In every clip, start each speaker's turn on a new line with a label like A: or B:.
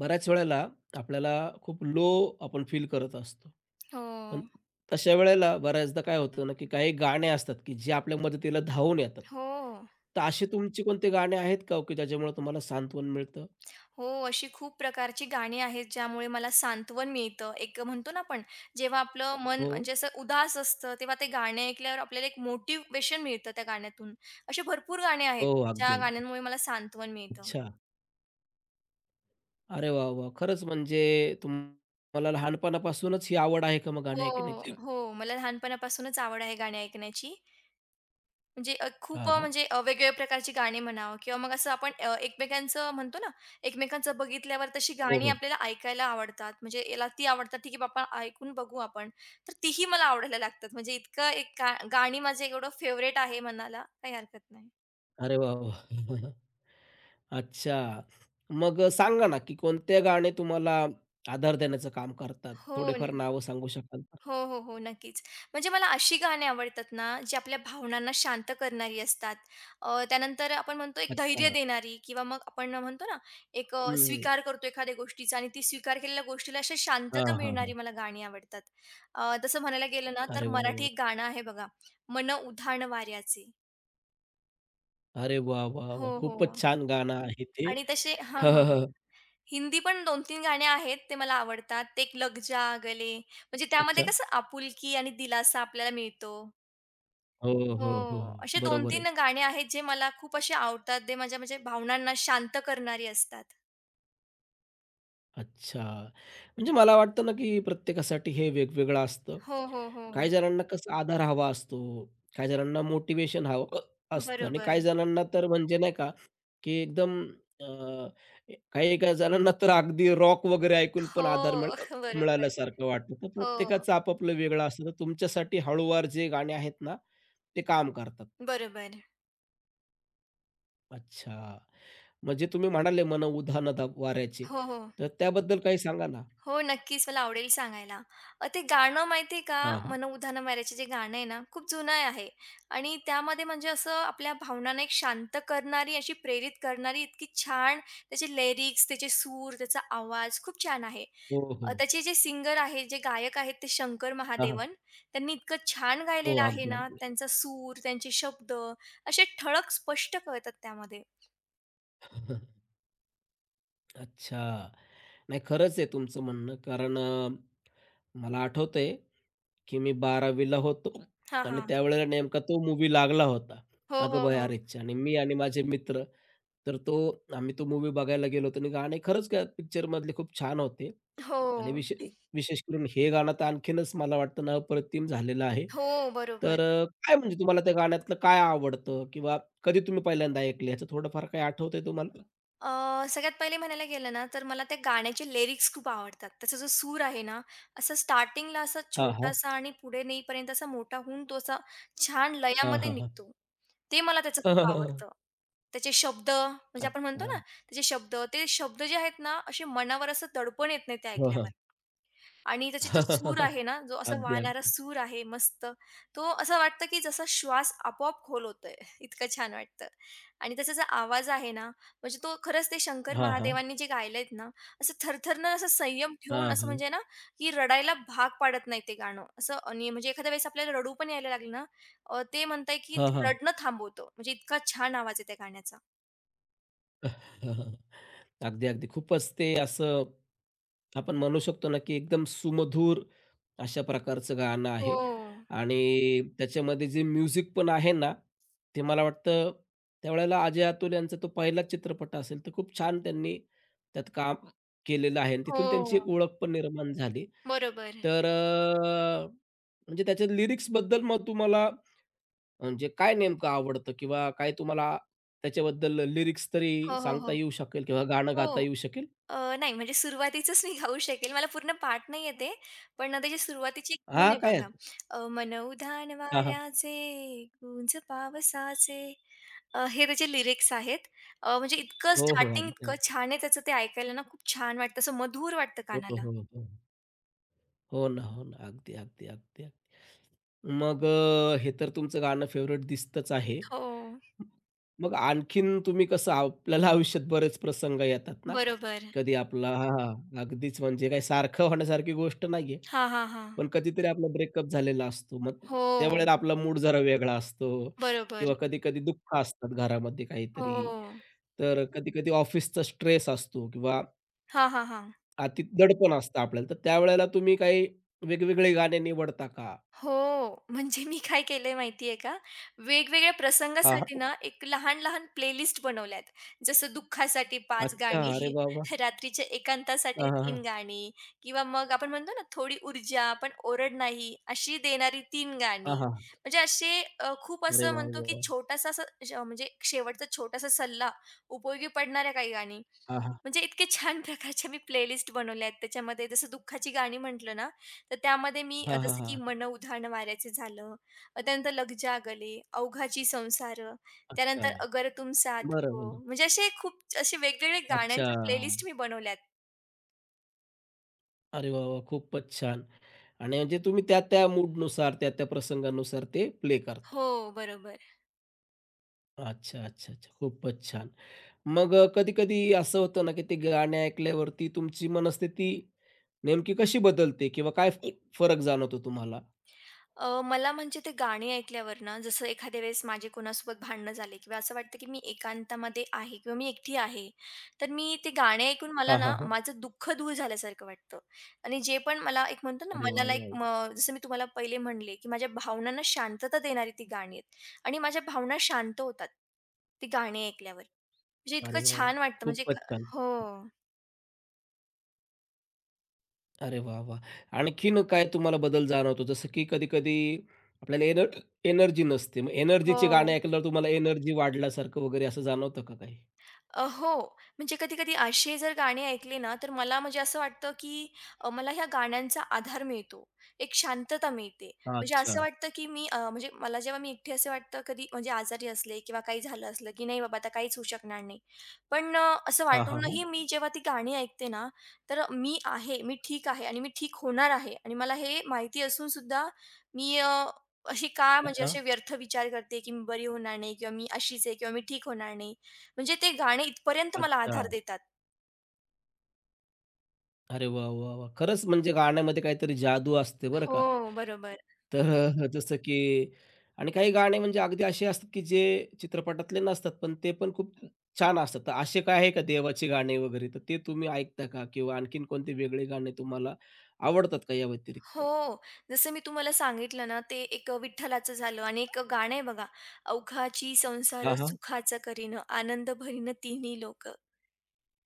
A: बऱ्याच वेळेला आपल्याला खूप लो आपण फील करत असतो.
B: हो,
A: पण तशा वेळेला बऱ्याचदा काय होतं ना, की काही गाणे असतात, की जे आपल्या मदतीला धावून येतात.
B: हो,
A: तर असे तुमचे कोणते गाणे आहेत का हो, की ज्याच्यामुळे तुम्हाला सांत्वन मिळतं?
B: हो. अशी खूप प्रकारची गाणी आहेत, ज्यामुळे मला सांत्वन मिळतं. एक म्हणतो ना आपण, जेव्हा आपलं मन
A: हो.
B: म्हणजे असं उदास असतं, तेव्हा ते गाणे ऐकल्यावर आपल्याला एक मोटिव्हेशन मिळतं त्या गाण्यातून. असे भरपूर गाणे आहेत,
A: हो, अगदी,
B: ज्या
A: अगदी.
B: गाण्यांमुळे मला सांत्वन मिळतं.
A: अच्छा. अरे वाह, वाह! खरंच म्हणजे तुम्हाला लहानपणापासूनच ही आवड आहे का मग गाणे
B: हो,
A: ऐकण्याची?
B: हो. मला लहानपणापासूनच आवड आहे गाणी ऐकण्याची. म्हणजे खूप
A: हां, हां.
B: म्हणजे वेगवेगळ्या प्रकारची गाणी म्हणावं किंवा मग असं आपण एकमेकांचं म्हणतो ना, एकमेकांचं बघितल्यावर तशी
A: हो,
B: गाणी
A: हो.
B: आपल्याला ऐकायला आवडतात. म्हणजे याला ती आवडतात, ठीक आहे बाबा ऐकून बघू आपण. तर तीही मला आवडायला लागतात. म्हणजे इतकं एक गाणी माझं एवढं फेव्हरेट आहे म्हणायला काही हरकत नाही.
A: अरे वाह, वाह! अच्छा. मग सांगा ना, की कोणते गाणे तुम्हाला आधार देण्याचं काम करतात?
B: हो.
A: थोडेफार नावं सांगू शकाल का?
B: हो, हो, हो. नक्कीच. म्हणजे मला अशी गाणी आवडतात ना, जी आपल्या भावनांना शांत करणारी असतात. त्यानंतर आपण म्हणतो एक धैर्य
A: अच्छा.
B: देणारी किंवा मग आपण म्हणतो ना, एक
A: हं.
B: स्वीकार करतो एखाद्या गोष्टीचा आणि ती स्वीकार केलेल्या गोष्टीला अशी
A: हां,
B: शांतता
A: हां,
B: मिळणारी
A: हां.
B: मला गाणी आवडतात. तसं म्हणायला गेलं ना, तर
A: अरे वाह,
B: मराठी एक
A: वाह!
B: गाणं आहे बघा, मन उधाण वाऱ्याचे.
A: अरे वाह, वाह,
B: हो,
A: वाह! खूपच
B: हो.
A: छान गाणं आहे ते.
B: आणि तसे हां,
A: हं,
B: हां.
A: हं, हं.
B: हिंदी पण 2-3 गाणी आहेत, ते मला आवडतात. ते एक लग जा गले, म्हणजे त्यामध्ये
A: अच्छा.
B: कसं आपुलकी आणि दिलासा आपल्याला मिळतो.
A: हो, हो,
B: हो.
A: हो. हो.
B: असे
A: बरोबर आहे.
B: 2-3 गाणे आहेत जे मला खूप असे आवडतात. ते माझ्या म्हणजे भावनांना शांत करणारी असतात.
A: अच्छा. म्हणजे मला वाटतं ना, की प्रत्येकासाठी हे वेगवेगळं असतं.
B: हो, हो, हो.
A: काही जणांना कसं आधार हवा असतो, काही जणांना मोटिवेशन हवं असतं आणि
B: बरोबर.
A: काही जणांना तर म्हणजे नाही का की एकदम अ, काही-काही जणांना तर अगदी रॉक वगैरे ऐकून
B: हो.
A: पण आधार मिळ
B: बरोबर.
A: मिळाल्यासारखं वाटतं. तर
B: हो.
A: प्रत्येकाचं आपापलं वेगळं असतं. तर तुमच्यासाठी हळूवार जे गाणे आहेत ना, ते काम करतात.
B: बरोबर.
A: अच्छा. म्हणजे तुम्ही म्हणाले "मन उधा न दा वाऱ्याचे."
B: हो, हो.
A: तर त्याबद्दल काही सांगा ना?
B: हो, नक्कीच मला आवडेल सांगायला. ते गाणं माहिती का,
A: हां, हां.
B: "मन उधाण माऱ्याचे" जे गाणं आहे ना, खूप जुनं आहे आणि त्यामध्ये म्हणजे असं आपल्या भावनांना एक शांत करणारी, अशी प्रेरित करणारी इतकी छान त्याचे लिरिक्स, त्याचे सूर, त्याचा आवाज खूप छान आहे.
A: हो, हो.
B: त्याचे जे सिंगर आहेत, जे गायक आहेत ते शंकर
A: हां, हां.
B: महादेवन. त्यांनी इतकं छान
A: हो,
B: गायलेलं आहे
A: अगदी,
B: ना,
A: अगदी.
B: त्यांचा सूर, त्यांचे शब्द असे ठळक स्पष्ट कळतात त्यामध्ये.
A: अच्छा. नाही खरंच आहे तुमचं म्हणणं कारण मला आठवतंय की मी 12वी ला होतो
B: हां,
A: आणि
B: हां.
A: त्यावेळेला नेमका तो मूवी लागला होता,
B: हो, हो,
A: "अगं
B: हो.
A: बया रेच्चा" आणि मी आणि माझे मित्र, तर तो आम्ही तो मूवी बघायला गेलो होतो आणि गाणे खरंच काय पिक्चरमधले खूप छान होते
B: हो.
A: आणि विशेष करून हे गाणं तर आणखीनच मला वाटतं ना अप्रतिम झालेलं आहे.
B: हो,
A: तर
B: बरोबर.
A: काय म्हणजे तुम्हाला त्या गाण्यातलं काय आवडतं किंवा कधी तुम्ही पहिल्यांदा ऐकले याचं थोडंफार काही आठवतंय तुम्हाला?
B: अ, सगळ्यात पहिले म्हणायला गेलं ना, तर मला त्या गाण्याचे लिरिक्स खूप आवडतात. त्याचा जो सूर आहे ना, असा स्टार्टिंगला असा
A: हां, हां.
B: छोटासा आणि पुढे नेईपर्यंत असा मोठा होऊन तो असा छान
A: हां,
B: लयामध्ये
A: हां, हां.
B: निघतो. ते मला त्याचं
A: हं,
B: खूप
A: हं, हं,
B: आवडतं. त्याचे शब्द म्हणजे आपण म्हणतो
A: अच्छा.
B: ना, त्याचे शब्द, ते शब्द जे आहेत ना, असे मनावर असं दडपण येत नाही ते
A: हं,
B: ऐकल्यावर.
A: हं.
B: आणि त्याचा जो सूर आहे ना, जो असा
A: अगदी,
B: वाहणारा
A: अगदी.
B: सूर आहे मस्त, तो असं वाटतं की जसा श्वास आपोआप खोल होतोय. इतकं छान वाटतं. आणि त्याचा जो आवाज आहे ना म्हणजे तो खरंच ते शंकर
A: हां, हां.
B: महादेवांनी जे गायलेत ना, असं थरथरनं असं संयम ठेवून
A: हां,
B: असं
A: हां.
B: म्हणजे ना, की रडायला भाग पाडत नाही ते गाणं. असं आणि म्हणजे एखाद्या वेळेस आपल्याला रडू पण यायला लागलं ना, ते म्हणताय की
A: हां,
B: ते
A: हां.
B: रडणं थांबवतं. म्हणजे इतका छान आवाज आहे त्या गाण्याचा.
A: अगदी, अगदी. खूपच ते असं आपण म्हणू शकतो ना, की एकदम सुमधूर अशा प्रकारचं गाणं
B: हो.
A: आहे आणि त्याच्यामध्ये जे म्युझिक पण आहे ना, ते मला वाटतं त्यावेळेला अजय अतुल यांचा तो पहिलाच चित्रपट असेल, तर खूप छान त्यांनी त्यात काम केलेलं आहे आणि तिथून त्यांची
B: हो.
A: एक ओळख पण निर्माण झाली.
B: बरोबर.
A: तर म्हणजे त्याच्या लिरिक्सबद्दल मग तुम्हाला म्हणजे काय नेमकं आवडतं किंवा काय तुम्हाला त्याच्याबद्दल लिरिक्स तरी
B: हो, हो,
A: सांगता
B: हो.
A: येऊ शकेल किंवा गाणं गाता
B: हो.
A: येऊ शकेल?
B: अ, नाही म्हणजे सुरुवातीचंच मी गाऊ शकेल. मला पूर्ण पाठ नाही येत आहे. पण त्याची सुरुवातीची एक धून
A: हां,
B: आहे
A: काय
B: बघा.
A: हरकत
B: मनउधाण
A: हां, हां.
B: वाऱ्याचे, गुंज पावसाचे हे त्याचे लिरिक्स आहेत. म्हणजे इतकं
A: हो, हो.
B: स्टार्टिंग
A: अगदी,
B: इतकं
A: अगदी.
B: छान आहे त्याचं ते ऐकायला ना खूप छान वाटतं. असं मधुर वाटतं
A: हो, हो,
B: कानाला.
A: हो, हो. हो ना, हो ना. अगदी, अगदी, अगदी, अगदी. मग हे तर तुमचं गाणं फेव्हरेट दिसतंच आहे.
B: हो.
A: मग आणखीन तुम्ही कसं आपल्याला आयुष्यात बरेच प्रसंग येतात ना,
B: बरोबर.
A: कधी आपला हां, हां. अगदीच म्हणजे काही सारखं होण्यासारखी गोष्ट नाहीये.
B: हां, हां, हां.
A: पण कधीतरी आपला ब्रेकअप झालेला असतो. मग
B: हो.
A: त्यावेळेला आपला मूड जरा वेगळा असतो
B: बरोबर.
A: किंवा कधी-कधी दुःख असतात घरामध्ये
B: हो.
A: काहीतरी. तर कधी-कधी ऑफिसचा स्ट्रेस असतो किंवा
B: हां, हां, हां.
A: अति दडपण असतं आपल्याला. तर त्यावेळेला तुम्ही काही वेगवेगळे गाणे निवडता का?
B: हो. म्हणजे मी काय केलंय माहितीये का? वेगवेगळ्या
A: हां,
B: प्रसंगासाठी
A: हां.
B: ना, एक लहान-लहान प्लेलिस्ट बनवल्यात. जसं दुःखासाठी 5
A: अच्छा.
B: गाणी,
A: अरे वाह! वाह!
B: रात्रीच्या एकांतासाठी
A: हां, हां,
B: तीन
A: हां.
B: गाणी किंवा मग आपण म्हणतो ना, थोडी ऊर्जा पण ओरड नाही, अशी देणारी तीन
A: हां,
B: गाणी.
A: हां.
B: म्हणजे असे खूप
A: अरे
B: असं
A: वाह!
B: म्हणतो, की
A: वाह!
B: छोटासा असं म्हणजे एक शेवटचा छोटासा सल्ला, उपयोगी पडणाऱ्या काही गाणी.
A: हां, हां.
B: म्हणजे इतके छान प्रकारच्या मी प्लेलिस्ट बनवल्या आहेत. त्याच्यामध्ये जसं दुःखाची गाणी म्हटलं ना, तर त्यामध्ये मी
A: हां, हां,
B: जसं की
A: हां.
B: मन उधाण वाऱ्याचे झालं, त्यानंतर लग जा गले, अवघाची संसार,
A: अच्छा.
B: त्यानंतर अगर तुम साथ
A: बरं,
B: हो,
A: बरं.
B: म्हणजे असे खूप असे वेगवेगळे
A: अच्छा.
B: गाण्यांच्या प्लेलिस्ट मी बनवल्यात.
A: अरे वाह! वाह! खूपच छान. आणि म्हणजे तुम्ही त्या त्या मूडनुसार, त्या त्या प्रसंगानुसार ते प्ले करता.
B: हो, बरोबर.
A: अच्छा, अच्छा, अच्छा. खूपच छान. मग कधी-कधी असं होतं ना, की ते गाणे ऐकल्यावरती तुमची मनस्थिती नेमकी कशी बदलते किंवा काय फ फरक जाणवतो तुम्हाला?
B: मला म्हणजे ते गाणी ऐकल्यावर ना, जसं एखाद्या वेळेस माझे कोणासोबत भांडणं झाले किंवा असं वाटतं, की मी एकांतामध्ये आहे किंवा मी एकटी आहे. तर मी ते गाणे ऐकून मला
A: हां,
B: ना,
A: हां, हां.
B: माझं दुःख दूर झाल्यासारखं वाटतं आणि जे पण मला एक म्हणतो ना,
A: अरे वाह,
B: मनाला एक
A: वाह!
B: म जसं मी तुम्हाला पहिले म्हणले, की माझ्या भावनांना शांतता देणारी ती गाणी आहेत आणि माझ्या भावना शांत होतात, ती गाणी ऐकल्यावर. म्हणजे इतकं
A: अरे वाह, वाह!
B: छान वाटतं म्हणजे
A: खूपच छान.
B: हो.
A: अरे वाह, वाह! आणखीन काय तुम्हाला बदल जाणवतो? जसं की कधी-कधी आपल्याला एनर्जी नसते. मग एनर्जीचे
B: हो.
A: गाणे ऐकल्यावर तुम्हाला एनर्जी वाढल्यासारखं वगैरे असं जाणवतं का काही?
B: हो. म्हणजे कधी-कधी अशी जर गाणी ऐकली ना, तर मला म्हणजे असं वाटतं, की मला ह्या गाण्यांचा आधार मिळतो. एक शांतता मिळते. म्हणजे असं
A: अच्छा.
B: वाटतं, की मी म्हणजे मला जेव्हा मी एकटी असं वाटतं कधी म्हणजे आजारी असले किंवा काही झालं असलं, की नाही बाबा आता काहीच होऊ शकणार नाही. पण असं
A: हां, हां, हां.
B: वाटूनही मी जेव्हा ती गाणी ऐकते ना, तर मी आहे, मी ठीक आहे आणि मी ठीक होणार आहे आणि मला हे माहिती असून सुद्धा मी अशी का
A: हां,
B: म्हणजे
A: हां.
B: असे व्यर्थ विचार करते, की मी बरी होणार नाही किंवा मी अशीच आहे किंवा मी ठीक होणार नाही. म्हणजे ते गाणे इथपर्यंत मला
A: अच्छा.
B: आधार देतात.
A: अरे वाह! वाह! वाह! खरंच म्हणजे गाण्यामध्ये काहीतरी जादू असते बरं का.
B: हो, बरोबर.
A: तर जसं की आणि काही गाणे म्हणजे अगदी असे असतात की जे चित्रपटातले नसतात, पण ते पण खूप छान असतात. तर असे काय आहे का देवाची गाणी वगैरे, तर ते तुम्ही ऐकता का? किंवा आणखीन कोणते वेगळे गाणे तुम्हाला आवडतात का या व्यतिरिक्त?
B: हो, जसं मी तुम्हाला सांगितलं ना, ते एक विठ्ठलाचं झालं आणि एक गाणं आहे बघा, "अवघाची संसार
A: हां, हां.
B: सुखाचा करीन, आनंद भरीन तिन्ही लोक."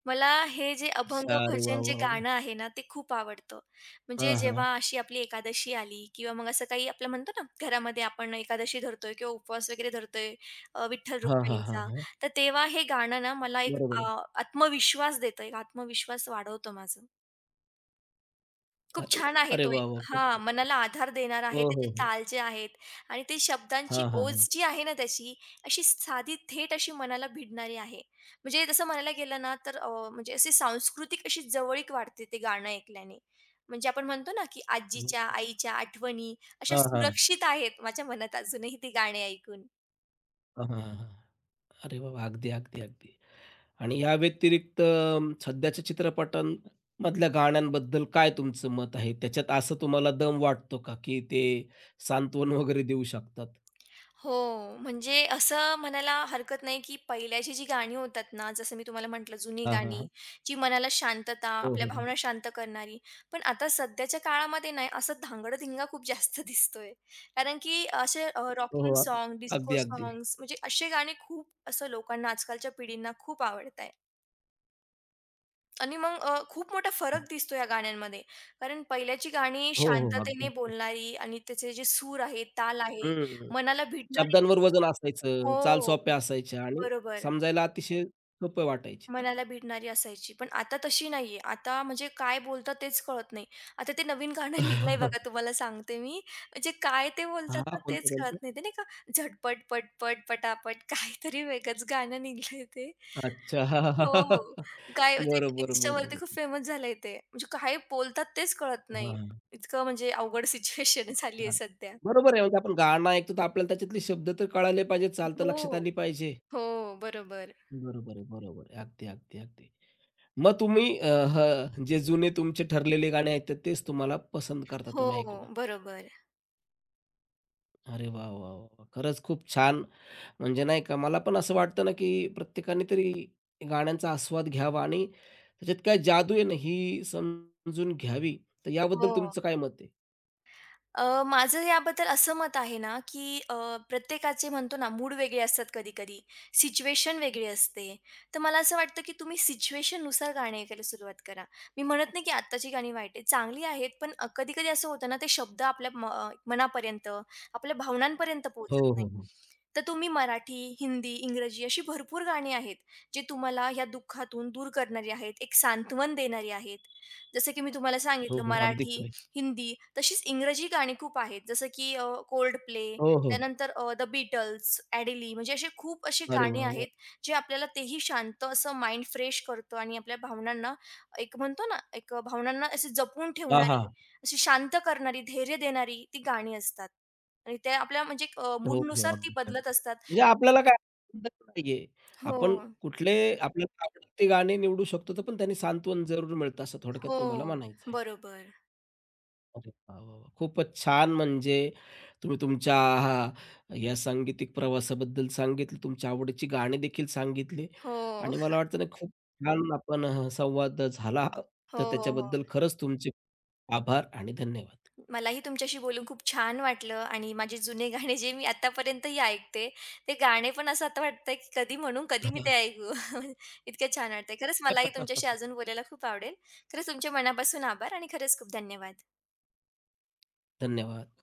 B: मला हे जे अभंग
A: अच्छा. अरे वाह!
B: भजन जे
A: वाह! वाह!
B: गाणं आहे ना, ते खूप आवडतं.
A: हां,
B: म्हणजे
A: हां.
B: जेव्हा अशी आपली एकादशी आली किंवा मग असं काही आपलं म्हणतो ना, घरामध्ये आपण एकादशी धरतोय किंवा उपवास वगैरे धरतोय विठ्ठल
A: हां, हां, हां,
B: रुक्मिणींचा,
A: हां.
B: तर तेव्हा हे गाणं ना मला एक
A: बरोबर आहे.
B: आत्मविश्वास देतं, एक आत्मविश्वास वाढवतं माझं.
A: अ,
B: खूप छान आहे
A: अरे
B: तो एक
A: वाह! वाह!
B: हां,
A: खूप
B: मनाला आधार देणारा आहे.
A: हो,
B: त्याचे
A: हो, हो.
B: ताल जे आहेत आणि ते शब्दांची
A: हां, हां,
B: ओज
A: हां.
B: जी आहे ना त्याची, अशी साधी थेट अशी मनाला भिडणारी आहे. म्हणजे तसं म्हणायला गेलं ना, तर म्हणजे अशी सांस्कृतिक अशी जवळीक वाढते ते गाणं ऐकल्याने. म्हणजे आपण म्हणतो ना, की आजीच्या, आईच्या आठवणी अशा
A: हां, हां.
B: सुरक्षित आहेत माझ्या मनात अजूनही ती गाणी ऐकून.
A: हां, हां, हां, अरे वाह! वाह! अगदी, अगदी, अगदी. आणि या व्यतिरिक्त सध्याच्या चित्रपटांमधल्या गाण्यांबद्दल काय तुमचं मत आहे? त्याच्यात असं तुम्हाला दम वाटतो का, की ते सांत्वन वगैरे देऊ शकतात?
B: हो, म्हणजे असं म्हणायला हरकत नाही, की पहिल्याची जी गाणी होतात ना, जसं मी तुम्हाला म्हटलं जुनी
A: हां, हां,
B: गाणी,
A: हां.
B: जी मनाला शांतता,
A: हो,
B: आपल्या
A: हो, हो.
B: भावना शांत करणारी. पण आता सध्याच्या काळामध्ये नाही, असं धांगडधिंगा खूप जास्त दिसतोय. कारण की असे
A: हो,
B: रॉकिंग
A: हो.
B: साँग,
A: अगदी,
B: डिस्को
A: अगदी.
B: साँग्स म्हणजे असे गाणे खूप असं लोकांना, आजकालच्या पिढींना खूप आवडत आहे. आणि मग खूप मोठा फरक दिसतो या गाण्यांमध्ये. कारण पहिल्याची गाणी
A: हो, हो. अगदी,
B: शांततेने
A: अगदी.
B: बोलणारी आणि त्याचे जे सूर आहेत, ताल आहे,
A: हं.
B: मनाला भिडणारी
A: शब्दांवर वजन असायचं, चाल
B: हो.
A: सोप्या असायच्या आणि
B: बरोबर.
A: समजायला अतिशय सोपं वाटायचे.
B: मनाला भिडणारी असायची. पण आता तशी नाहीये. आता म्हणजे काय बोलतात तेच कळत नाही. आता ते नवीन गाणं निघलंय बघा तुम्हाला सांगते मी. म्हणजे काय ते बोलतात
A: हां,
B: ना
A: कोणतं,
B: तेच कळत नाही.
A: कोणतं?
B: ते नाही का झटपट, पटपट, पटापट काहीतरी वेगळंच गाणं निघलंय ते.
A: अच्छा.
B: हो, हो. काय
A: बरोबर,
B: ते
A: बरोबर.
B: खूप फेमस झालंय ते. म्हणजे काय बोलतात तेच कळत नाही.
A: हां.
B: इतकं म्हणजे अवघड सिच्युएशन झाली आहे
A: हां.
B: सध्या.
A: बरोबर आहे. म्हणजे आपण गाणं ऐकतो तर आपल्याला त्याच्यातले शब्द तर कळाले पाहिजेत, चाल तर
B: हो.
A: लक्षात आली पाहिजे.
B: हो, बरोबर.
A: बरोबर आहे, बरोबर आहे. अगदी, अगदी, अगदी. मग तुम्ही हं, जे जुने तुमचे ठरलेले गाणे ऐकतात तेच तुम्हाला पसंत करता
B: हो,
A: तुम्ही ऐकणं.
B: बरोबर.
A: अरे वाह, वाह, वाह! खरंच खूप छान. म्हणजे नाही का मला पण असं वाटतं ना, की प्रत्येकाने तरी गाण्यांचा आस्वाद घ्यावा आणि त्याच्यात काय जादू आहे ना, ही समजून घ्यावी. तर
B: हो.
A: याबद्दल तुमचं काय मत आहे?
B: माझं याबद्दल असं मत आहे ना, की प्रत्येकाचे म्हणतो ना मूड वेगळे असतात कधी-कधी, सिच्युएशन वेगळी असते. तर मला असं वाटतं, की तुम्ही सिच्युएशननुसार गाणी ऐकायला सुरुवात करा. मी म्हणत नाही, की आत्ताची गाणी वाईट आहेत, चांगली आहेत. पण कधी-कधी असं होतं ना, ते शब्द आपल्या मनापर्यंत, आपल्या भावनांपर्यंत
A: हो,
B: पोहोचत नाही.
A: हो, हो.
B: तर तुम्ही मराठी, हिंदी, इंग्रजी अशी भरपूर गाणी आहेत, जे तुम्हाला ह्या दुःखातून दूर करणारी आहेत, एक सांत्वन देणारी आहेत. जसं की मी तुम्हाला
A: हो,
B: सांगितलं
A: हो. अगदी
B: मराठी
A: खरं आहे.
B: हिंदी, तशीच इंग्रजी गाणी खूप आहेत. जसं की प्ले
A: हो, हो.
B: त्यानंतर The Beatles, Adele म्हणजे असे खूप अशी
A: अरे
B: गाणी
A: वाह, वाह!
B: आहेत, जे आपल्याला तेही शांत असं माइंड फ्रेश करतं आणि आपल्या भावनांना एक म्हणतो ना, एक भावनांना अशी जपून
A: हां, हां.
B: ठेवणारी, अशी शांत करणारी, धैर्य देणारी ती गाणी असतात. आणि त्या आपल्या म्हणजे
A: हो, हो.
B: मूडनुसार ती
A: अगदी,
B: बदलत
A: अगदी.
B: असतात.
A: म्हणजे आपल्याला काय नाहीये.
B: हो,
A: आपण कुठले आपल्याला आवडतात ते गाणे निवडू शकतो, तर पण त्यांनी सांत्वन जरूर मिळतं असं
B: हो.
A: थोडक्यात तुम्हाला म्हणायचं आहे.
B: बरोबर.
A: अरे वाह, वाह, वाह! खूपच छान म्हणजे तुम्ही तुमच्या हा या सांगीतिक प्रवासाबद्दल सांगितलं, तुमच्या आवडीची गाणी देखील सांगितली
B: हो.
A: आणि मला वाटतं ना खूप छान आपण संवाद झाला.
B: हो,
A: तर
B: हो, हो.
A: त्याच्याबद्दल खरंच तुमचे आभार आणि धन्यवाद.
B: मलाही तुमच्याशी बोलून खूप छान वाटलं आणि माझे जुने गाणे जे मी आतापर्यंतही ऐकते, ते गाणे पण असं आता वाटतंय की कधी म्हणू, कधी मी ते ऐकू. इतकं छान वाटतंय. खरंच मलाही तुमच्याशी अजून बोलायला खूप आवडेल. खरंच तुमच्या मनापासून आभार आणि खरंच खूप धन्यवाद.
A: धन्यवाद.